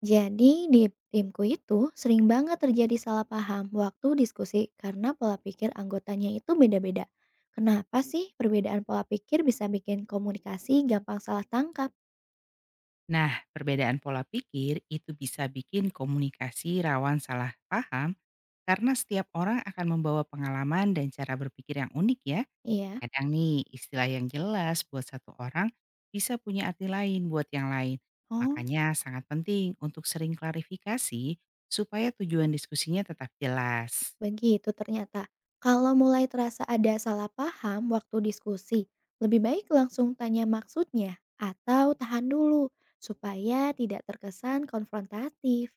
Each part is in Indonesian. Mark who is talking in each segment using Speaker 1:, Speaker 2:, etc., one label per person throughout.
Speaker 1: Jadi di timku itu sering banget terjadi salah paham waktu diskusi karena pola pikir anggotanya itu beda-beda. Kenapa sih perbedaan pola pikir bisa bikin komunikasi gampang salah tangkap?
Speaker 2: Nah, perbedaan pola pikir itu bisa bikin komunikasi rawan salah paham karena setiap orang akan membawa pengalaman dan cara berpikir yang unik ya.
Speaker 1: Iya.
Speaker 2: Kadang nih istilah yang jelas buat satu orang bisa punya arti lain buat yang lain.
Speaker 1: Oh,
Speaker 2: Makanya sangat penting untuk sering klarifikasi supaya tujuan diskusinya tetap jelas.
Speaker 1: begitu ternyata. Kalau mulai terasa ada salah paham waktu diskusi, lebih baik langsung tanya maksudnya atau tahan dulu supaya tidak terkesan konfrontatif.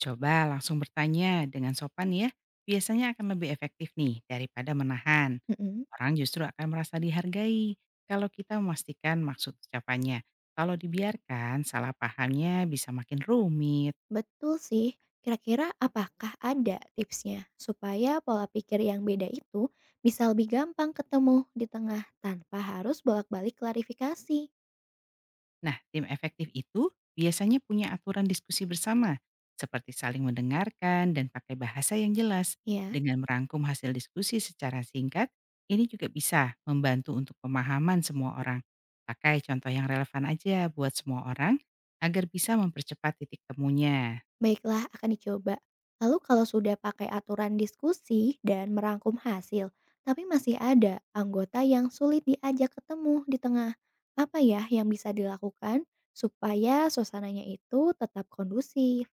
Speaker 2: Coba langsung bertanya dengan sopan ya. Biasanya akan lebih efektif nih daripada menahan.
Speaker 1: Mm-mm.
Speaker 2: Orang justru akan merasa dihargai kalau kita memastikan maksud ucapannya. Kalau dibiarkan, salah pahamnya bisa makin rumit.
Speaker 1: Betul sih. Kira-kira apakah ada tipsnya supaya pola pikir yang beda itu bisa lebih gampang ketemu di tengah tanpa harus bolak-balik klarifikasi?
Speaker 2: Nah, tim efektif itu biasanya punya aturan diskusi bersama, seperti saling mendengarkan dan pakai bahasa yang jelas.
Speaker 1: Ya,
Speaker 2: Dengan merangkum hasil diskusi secara singkat, ini juga bisa membantu untuk pemahaman semua orang. Pakai contoh yang relevan aja buat semua orang agar bisa mempercepat titik temunya.
Speaker 1: baiklah akan dicoba. Lalu kalau sudah pakai aturan diskusi dan merangkum hasil, tapi masih ada anggota yang sulit diajak ketemu di tengah, apa ya yang bisa dilakukan supaya suasananya itu tetap kondusif?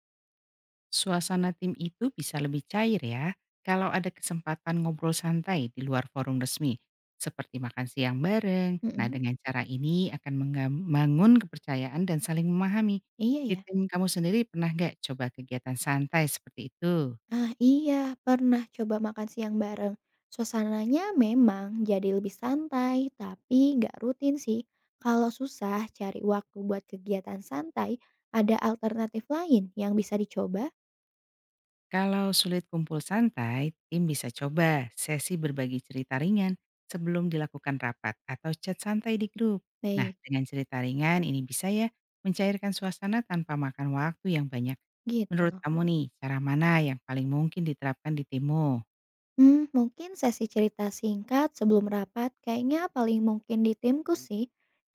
Speaker 2: Suasana tim itu bisa lebih cair ya kalau ada kesempatan ngobrol santai di luar forum resmi, seperti makan siang bareng. Nah,
Speaker 1: Mm-mm.
Speaker 2: dengan cara ini akan membangun kepercayaan dan saling memahami.
Speaker 1: Iya
Speaker 2: Di
Speaker 1: ya.
Speaker 2: tim kamu sendiri pernah nggak coba kegiatan santai seperti itu?
Speaker 1: Ah, iya, pernah coba makan siang bareng. Suasananya memang jadi lebih santai, tapi nggak rutin sih. Kalau susah cari waktu buat kegiatan santai, ada alternatif lain yang bisa dicoba?
Speaker 2: Kalau sulit kumpul santai, tim bisa coba sesi berbagi cerita ringan sebelum dilakukan rapat atau chat santai di grup. Nah,
Speaker 1: Baik.
Speaker 2: dengan cerita ringan ini bisa ya mencairkan suasana tanpa makan waktu yang banyak.
Speaker 1: Gitu
Speaker 2: Menurut
Speaker 1: loh.
Speaker 2: kamu nih, cara mana yang paling mungkin diterapkan di timmu?
Speaker 1: Mungkin sesi cerita singkat sebelum rapat kayaknya paling mungkin di timku sih.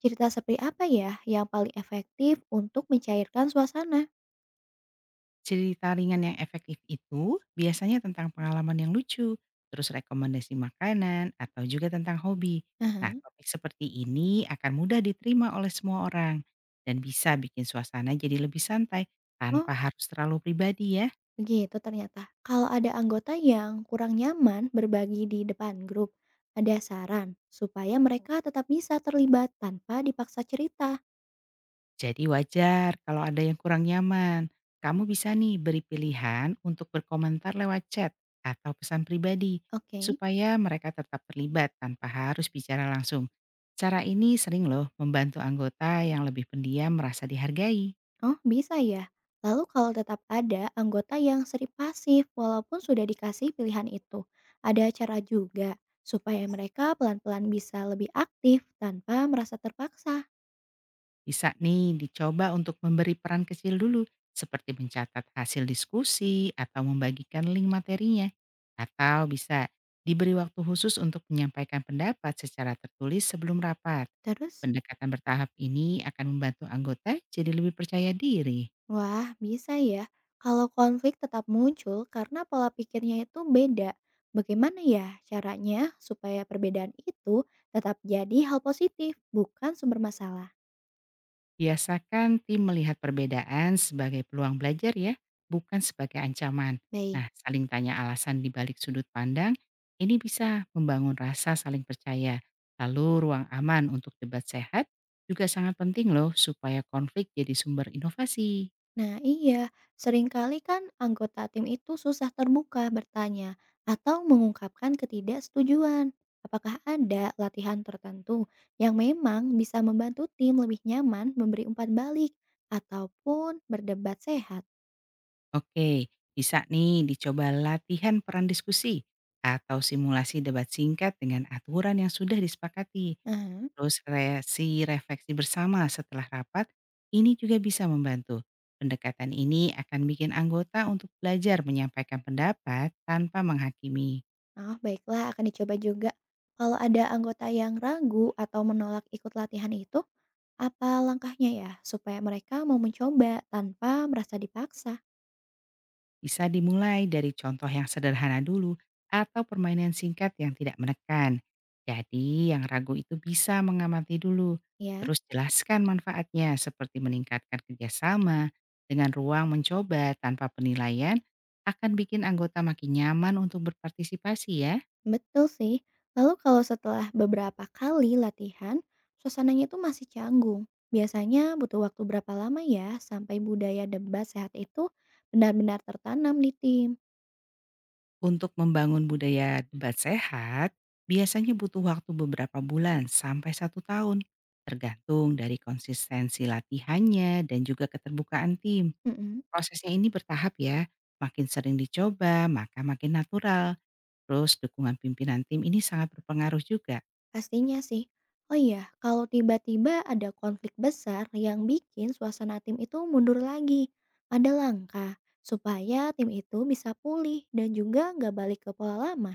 Speaker 1: Cerita seperti apa ya yang paling efektif untuk mencairkan suasana?
Speaker 2: Cerita ringan yang efektif itu biasanya tentang pengalaman yang lucu, terus rekomendasi makanan, atau juga tentang hobi. Nah,
Speaker 1: Aha.
Speaker 2: topik seperti ini akan mudah diterima oleh semua orang dan bisa bikin suasana jadi lebih santai
Speaker 1: Oh,
Speaker 2: tanpa harus terlalu pribadi ya.
Speaker 1: begitu ternyata. Kalau ada anggota yang kurang nyaman berbagi di depan grup, ada saran supaya mereka tetap bisa terlibat tanpa dipaksa cerita.
Speaker 2: Jadi wajar kalau ada yang kurang nyaman. Kamu bisa nih beri pilihan untuk berkomentar lewat chat atau pesan pribadi
Speaker 1: Oke.
Speaker 2: supaya mereka tetap terlibat tanpa harus bicara langsung. Cara ini sering loh membantu anggota yang lebih pendiam merasa dihargai.
Speaker 1: Oh, bisa ya. Lalu kalau tetap ada anggota yang sering pasif walaupun sudah dikasih pilihan itu, ada cara juga supaya mereka pelan-pelan bisa lebih aktif tanpa merasa terpaksa.
Speaker 2: Bisa nih dicoba untuk memberi peran kecil dulu seperti mencatat hasil diskusi atau membagikan link materinya. Atau bisa diberi waktu khusus untuk menyampaikan pendapat secara tertulis sebelum rapat.
Speaker 1: Terus,
Speaker 2: Pendekatan bertahap ini akan membantu anggota jadi lebih percaya diri.
Speaker 1: wah, bisa ya. Kalau konflik tetap muncul karena pola pikirnya itu beda. Bagaimana ya caranya supaya perbedaan itu tetap jadi hal positif, bukan sumber masalah?
Speaker 2: Biasakan tim melihat perbedaan sebagai peluang belajar ya, bukan sebagai ancaman.
Speaker 1: Baik.
Speaker 2: Nah, saling tanya alasan di balik sudut pandang, ini bisa membangun rasa saling percaya. Lalu ruang aman untuk debat sehat juga sangat penting loh supaya konflik jadi sumber inovasi.
Speaker 1: Nah iya, seringkali kan anggota tim itu susah terbuka bertanya atau mengungkapkan ketidaksetujuan. Apakah ada latihan tertentu yang memang bisa membantu tim lebih nyaman memberi umpan balik ataupun berdebat sehat?
Speaker 2: Oke, bisa nih dicoba latihan peran diskusi atau simulasi debat singkat dengan aturan yang sudah disepakati.
Speaker 1: Nah.
Speaker 2: Terus reaksi refleksi bersama setelah rapat, ini juga bisa membantu. Pendekatan ini akan bikin anggota untuk belajar menyampaikan pendapat tanpa menghakimi.
Speaker 1: Oh, baiklah akan dicoba juga. Kalau ada anggota yang ragu atau menolak ikut latihan itu, apa langkahnya ya supaya mereka mau mencoba tanpa merasa dipaksa?
Speaker 2: Bisa dimulai dari contoh yang sederhana dulu atau permainan singkat yang tidak menekan. Jadi yang ragu itu bisa mengamati dulu,
Speaker 1: Ya,
Speaker 2: terus jelaskan manfaatnya seperti meningkatkan kerjasama dengan ruang mencoba tanpa penilaian akan bikin anggota makin nyaman untuk berpartisipasi ya.
Speaker 1: betul sih. Lalu kalau setelah beberapa kali latihan, suasananya itu masih canggung. Biasanya butuh waktu berapa lama ya sampai budaya debat sehat itu benar-benar tertanam di tim?
Speaker 2: Untuk membangun budaya debat sehat, biasanya butuh waktu beberapa bulan sampai 1 tahun, tergantung dari konsistensi latihannya dan juga keterbukaan tim.
Speaker 1: Mm-mm.
Speaker 2: Prosesnya ini bertahap ya, makin sering dicoba maka makin natural. Terus dukungan pimpinan tim ini sangat berpengaruh juga.
Speaker 1: Pastinya sih. Oh iya, kalau tiba-tiba ada konflik besar yang bikin suasana tim itu mundur lagi, ada langkah supaya tim itu bisa pulih dan juga nggak balik ke pola lama.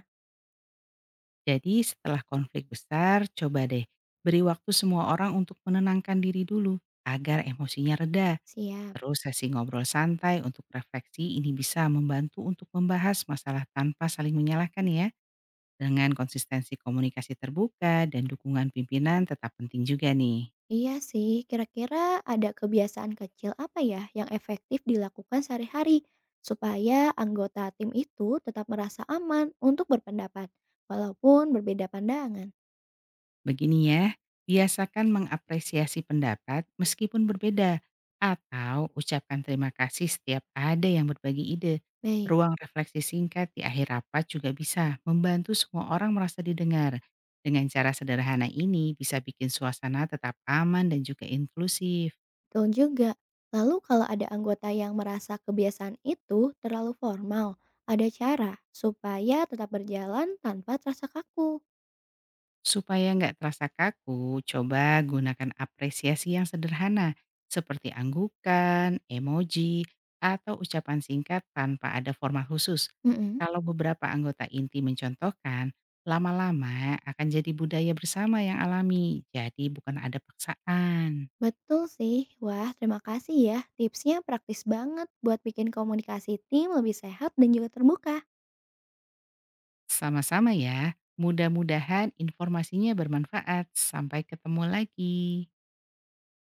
Speaker 2: Jadi setelah konflik besar, coba deh beri waktu semua orang untuk menenangkan diri dulu agar emosinya reda.
Speaker 1: Siap.
Speaker 2: Terus sesi ngobrol santai untuk refleksi ini bisa membantu untuk membahas masalah tanpa saling menyalahkan ya. Dengan konsistensi komunikasi terbuka dan dukungan pimpinan tetap penting juga nih.
Speaker 1: Iya sih, kira-kira ada kebiasaan kecil apa ya yang efektif dilakukan sehari-hari supaya anggota tim itu tetap merasa aman untuk berpendapat, walaupun berbeda pandangan.
Speaker 2: Begini ya, biasakan mengapresiasi pendapat meskipun berbeda, atau ucapkan terima kasih setiap ada yang berbagi ide.
Speaker 1: Baik.
Speaker 2: Ruang refleksi singkat di akhir rapat juga bisa membantu semua orang merasa didengar. Dengan cara sederhana ini bisa bikin suasana tetap aman dan juga inklusif.
Speaker 1: Betul juga. Lalu kalau ada anggota yang merasa kebiasaan itu terlalu formal, ada cara supaya tetap berjalan tanpa terasa kaku.
Speaker 2: Supaya nggak terasa kaku, coba gunakan apresiasi yang sederhana seperti anggukan, emoji, atau ucapan singkat tanpa ada format khusus.
Speaker 1: Mm-mm.
Speaker 2: Kalau beberapa anggota inti mencontohkan, lama-lama akan jadi budaya bersama yang alami, jadi bukan ada paksaan.
Speaker 1: Betul sih. Wah, terima kasih ya. Tipsnya praktis banget buat bikin komunikasi tim lebih sehat dan juga terbuka.
Speaker 2: Sama-sama ya, mudah-mudahan informasinya bermanfaat. Sampai ketemu lagi.